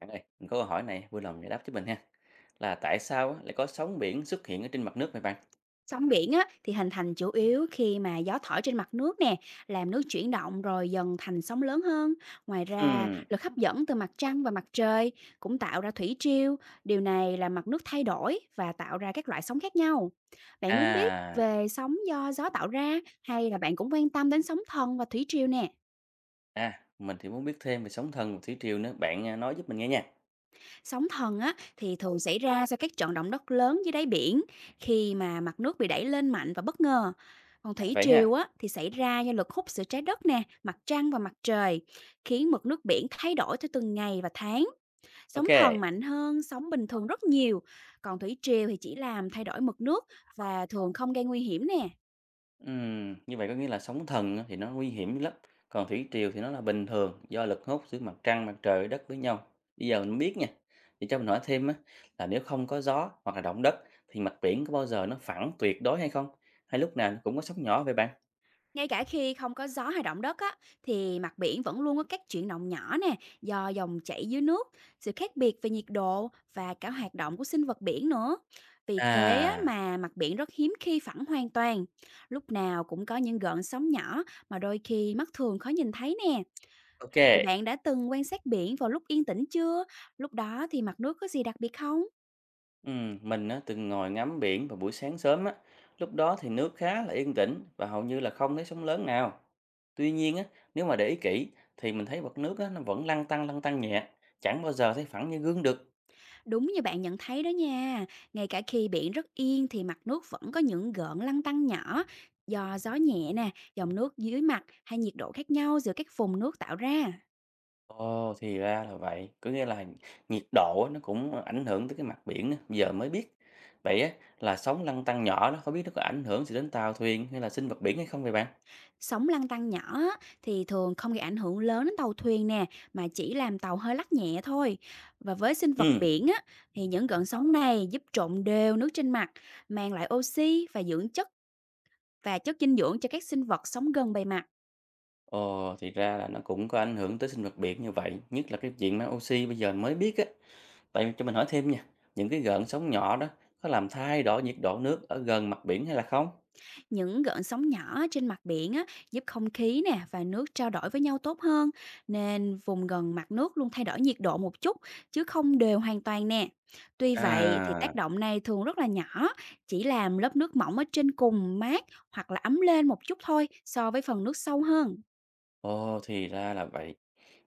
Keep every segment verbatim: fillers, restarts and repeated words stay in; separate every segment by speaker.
Speaker 1: Bạn ơi, mình có câu hỏi này vui lòng giải đáp giúp mình ha. Là tại sao á, lại có sóng biển xuất hiện ở trên mặt nước vậy bạn?
Speaker 2: Sóng biển á, thì hình thành chủ yếu khi mà gió thổi trên mặt nước nè, làm nước chuyển động rồi dần thành sóng lớn hơn. Ngoài ra,
Speaker 1: Ừm,
Speaker 2: lực hấp dẫn từ mặt trăng và mặt trời cũng tạo ra thủy triều. Điều này là mặt nước thay đổi và tạo ra các loại sóng khác nhau. Bạn muốn biết
Speaker 1: à,
Speaker 2: về sóng do gió tạo ra, hay là bạn cũng quan tâm đến sóng thần và thủy triều nè?
Speaker 1: à, mình thì muốn biết thêm về sóng thần và thủy triều nữa. Bạn à, nói giúp mình nghe nha.
Speaker 2: Sóng thần á, thì thường xảy ra sau các trận động đất lớn dưới đáy biển, khi mà mặt nước bị đẩy lên mạnh và bất ngờ. Còn
Speaker 1: À,
Speaker 2: thủy
Speaker 1: vậy
Speaker 2: triều
Speaker 1: ha.
Speaker 2: á, thì xảy ra do lực hút giữa trái đất nè, mặt trăng và mặt trời, khiến mực nước biển thay đổi theo từng ngày và tháng. Sóng
Speaker 1: Ok.
Speaker 2: thần mạnh hơn sóng bình thường rất nhiều, còn thủy triều thì chỉ làm thay đổi mực nước và thường không gây nguy hiểm nè.
Speaker 1: Ừm, như vậy có nghĩa là sóng thần á thì nó nguy hiểm lắm. Còn thủy triều thì nó là bình thường do lực hút giữa mặt trăng, mặt trời, đất với nhau. Bây giờ mình biết nha. Vậy cho mình hỏi thêm á, là nếu không có gió hoặc là động đất thì mặt biển có bao giờ nó phẳng tuyệt đối hay không? Hay lúc nào nó cũng có sóng nhỏ vậy bạn?
Speaker 2: Ngay cả khi không có gió hay động đất á, thì mặt biển vẫn luôn có các chuyển động nhỏ nè, do dòng chảy dưới nước, sự khác biệt về nhiệt độ và cả hoạt động của sinh vật biển nữa. Vì thế á,
Speaker 1: À,
Speaker 2: mà mặt biển rất hiếm khi phẳng hoàn toàn. Lúc nào cũng có những gợn sóng nhỏ mà đôi khi mắt thường khó nhìn thấy nè.
Speaker 1: OK.
Speaker 2: Thì bạn đã từng quan sát biển vào lúc yên tĩnh chưa? Lúc đó thì mặt nước có gì đặc biệt không?
Speaker 1: Ừm, mình á, từng ngồi ngắm biển vào buổi sáng sớm á, lúc đó thì nước khá là yên tĩnh và hầu như là không thấy sóng lớn nào. Tuy nhiên á, nếu mà để ý kỹ thì mình thấy mặt nước á, nó vẫn lăn tăn lăn tăn nhẹ, chẳng bao giờ thấy phẳng như gương được.
Speaker 2: Đúng như bạn nhận thấy đó nha, ngay cả khi biển rất yên thì mặt nước vẫn có những gợn lăn tăn nhỏ do gió nhẹ nè, dòng nước dưới mặt hay nhiệt độ khác nhau giữa các vùng nước tạo ra.
Speaker 1: Ồ, thì ra là vậy, có nghĩa là nhiệt độ á, nó cũng ảnh hưởng tới cái mặt biển á, giờ mới biết. Vậy á, là sóng lăn tăn nhỏ đó, không biết nó có ảnh hưởng gì đến tàu thuyền hay là sinh vật biển hay không vậy bạn?
Speaker 2: Sóng lăn tăn nhỏ á, thì thường không gây ảnh hưởng lớn đến tàu thuyền nè, mà chỉ làm tàu hơi lắc nhẹ thôi. Và với sinh vật
Speaker 1: Ừ.
Speaker 2: biển á, thì những gợn sóng này giúp trộn đều nước trên mặt, mang lại oxy và dưỡng chất và chất dinh dưỡng cho các sinh vật sống gần bề mặt.
Speaker 1: Ồ, thì ra là nó cũng có ảnh hưởng tới sinh vật biển như vậy, nhất là cái chuyện mang oxy bây giờ mới biết á. Vậy cho mình hỏi thêm nha, những cái gợn sóng nhỏ đó có làm thay đổi nhiệt độ nước ở gần mặt biển hay là không?
Speaker 2: Những gợn sóng nhỏ trên mặt biển á, giúp không khí nè và nước trao đổi với nhau tốt hơn, nên vùng gần mặt nước luôn thay đổi nhiệt độ một chút, chứ không đều hoàn toàn nè. Tuy vậy thì
Speaker 1: À,
Speaker 2: tác động này thường rất là nhỏ, chỉ làm lớp nước mỏng ở trên cùng mát hoặc là ấm lên một chút thôi so với phần nước sâu hơn.
Speaker 1: Ồ, thì ra là vậy.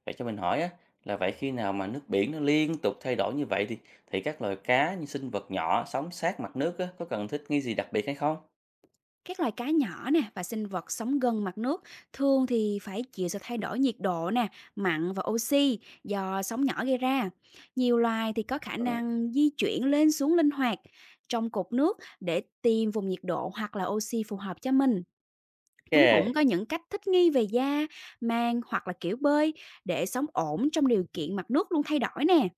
Speaker 1: Vậy cho mình hỏi á, là vậy khi nào mà nước biển nó liên tục thay đổi như vậy thì thì các loài cá như sinh vật nhỏ sống sát mặt nước á, có cần thích nghi gì đặc biệt hay không?
Speaker 2: Các loài cá nhỏ nè và sinh vật sống gần mặt nước thường thì phải chịu sự thay đổi nhiệt độ nè, mặn và oxy do sóng nhỏ gây ra. Nhiều loài thì có khả
Speaker 1: Ừ.
Speaker 2: năng di chuyển lên xuống linh hoạt trong cột nước để tìm vùng nhiệt độ hoặc là oxy phù hợp cho mình.
Speaker 1: Ok,
Speaker 2: Chúng cũng có những cách thích nghi về da, mang hoặc là kiểu bơi để sống ổn trong điều kiện mặt nước luôn thay đổi nè.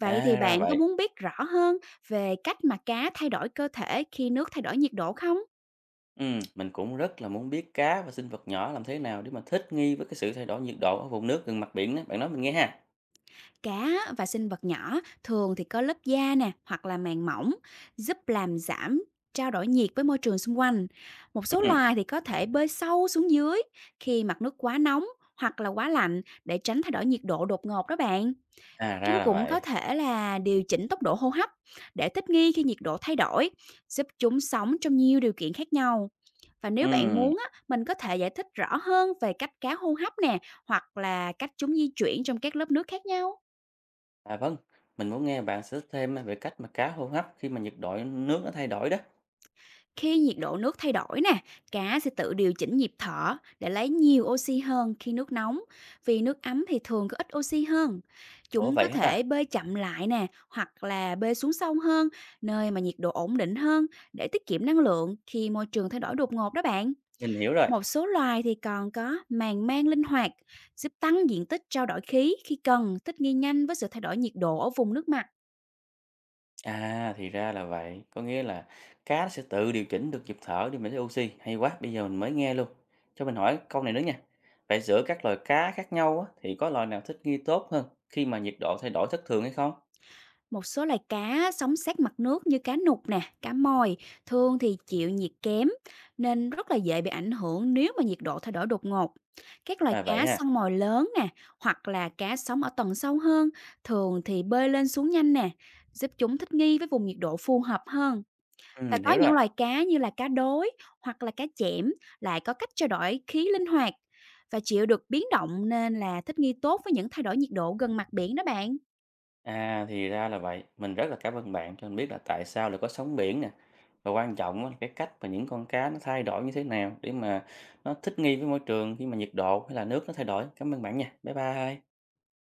Speaker 2: Vậy thì
Speaker 1: à ra
Speaker 2: bạn có
Speaker 1: vậy.
Speaker 2: muốn biết rõ hơn về cách mà cá thay đổi cơ thể khi nước thay đổi nhiệt độ không?
Speaker 1: Ừm, mình cũng rất là muốn biết cá và sinh vật nhỏ làm thế nào để mà thích nghi với cái sự thay đổi nhiệt độ ở vùng nước gần mặt biển đó. Bạn nói mình nghe ha.
Speaker 2: Cá và sinh vật nhỏ thường thì có lớp da nè hoặc là màng mỏng giúp làm giảm trao đổi nhiệt với môi trường xung quanh. Một số
Speaker 1: Ừm,
Speaker 2: loài thì có thể bơi sâu xuống dưới khi mặt nước quá nóng hoặc là quá lạnh, để tránh thay đổi nhiệt độ đột ngột đó bạn.
Speaker 1: à
Speaker 2: Chúng
Speaker 1: ra là
Speaker 2: cũng
Speaker 1: vậy.
Speaker 2: có thể là điều chỉnh tốc độ hô hấp để thích nghi khi nhiệt độ thay đổi, giúp chúng sống trong nhiều điều kiện khác nhau. Và nếu bạn
Speaker 1: Ừm,
Speaker 2: muốn á, mình có thể giải thích rõ hơn về cách cá hô hấp nè, hoặc là cách chúng di chuyển trong các lớp nước khác nhau.
Speaker 1: À vâng, mình muốn nghe bạn sẽ thêm về cách mà cá hô hấp khi mà nhiệt độ nước nó thay đổi đó.
Speaker 2: Khi nhiệt độ nước thay đổi nè, cá sẽ tự điều chỉnh nhịp thở để lấy nhiều oxy hơn khi nước nóng, vì nước ấm thì thường có ít oxy hơn.
Speaker 1: Ủa
Speaker 2: Chúng có
Speaker 1: vậy hả ta?
Speaker 2: thể bơi chậm lại nè, hoặc là bơi xuống sâu hơn, nơi mà nhiệt độ ổn định hơn để tiết kiệm năng lượng khi môi trường thay đổi đột ngột đó bạn.
Speaker 1: Mình hiểu rồi.
Speaker 2: Một số loài thì còn có màng mang linh hoạt, giúp tăng diện tích trao đổi khí khi cần, thích nghi nhanh với sự thay đổi nhiệt độ ở vùng nước mặt.
Speaker 1: À thì ra là vậy, có nghĩa là cá nó sẽ tự điều chỉnh được nhịp thở để mà lấy oxy. Hay quá, bây giờ mình mới nghe luôn. Cho mình hỏi câu này nữa nha. Vậy giữa các loài cá khác nhau á, thì có loài nào thích nghi tốt hơn khi mà nhiệt độ thay đổi thất thường hay không?
Speaker 2: Một số loài cá sống sát mặt nước như cá nục nè, cá mòi thường thì chịu nhiệt kém, nên rất là dễ bị ảnh hưởng nếu mà nhiệt độ thay đổi đột ngột. Các loài
Speaker 1: À, vậy
Speaker 2: cá
Speaker 1: ha.
Speaker 2: săn mồi lớn nè, hoặc là cá sống ở tầng sâu hơn thường thì bơi lên xuống nhanh nè, giúp chúng thích nghi với vùng nhiệt độ phù hợp hơn.
Speaker 1: Ừm,
Speaker 2: Và
Speaker 1: mình
Speaker 2: có
Speaker 1: hiểu rồi.
Speaker 2: những loài cá như là cá đối hoặc là cá chẽm lại có cách trao đổi khí linh hoạt và chịu được biến động, nên là thích nghi tốt với những thay đổi nhiệt độ gần mặt biển đó bạn.
Speaker 1: À, thì ra là vậy. Mình rất là cảm ơn bạn cho mình biết là tại sao lại có sóng biển nè. Và quan trọng á là cái cách mà những con cá nó thay đổi như thế nào để mà nó thích nghi với môi trường khi mà nhiệt độ hay là nước nó thay đổi. Cảm ơn bạn nha. Bye bye.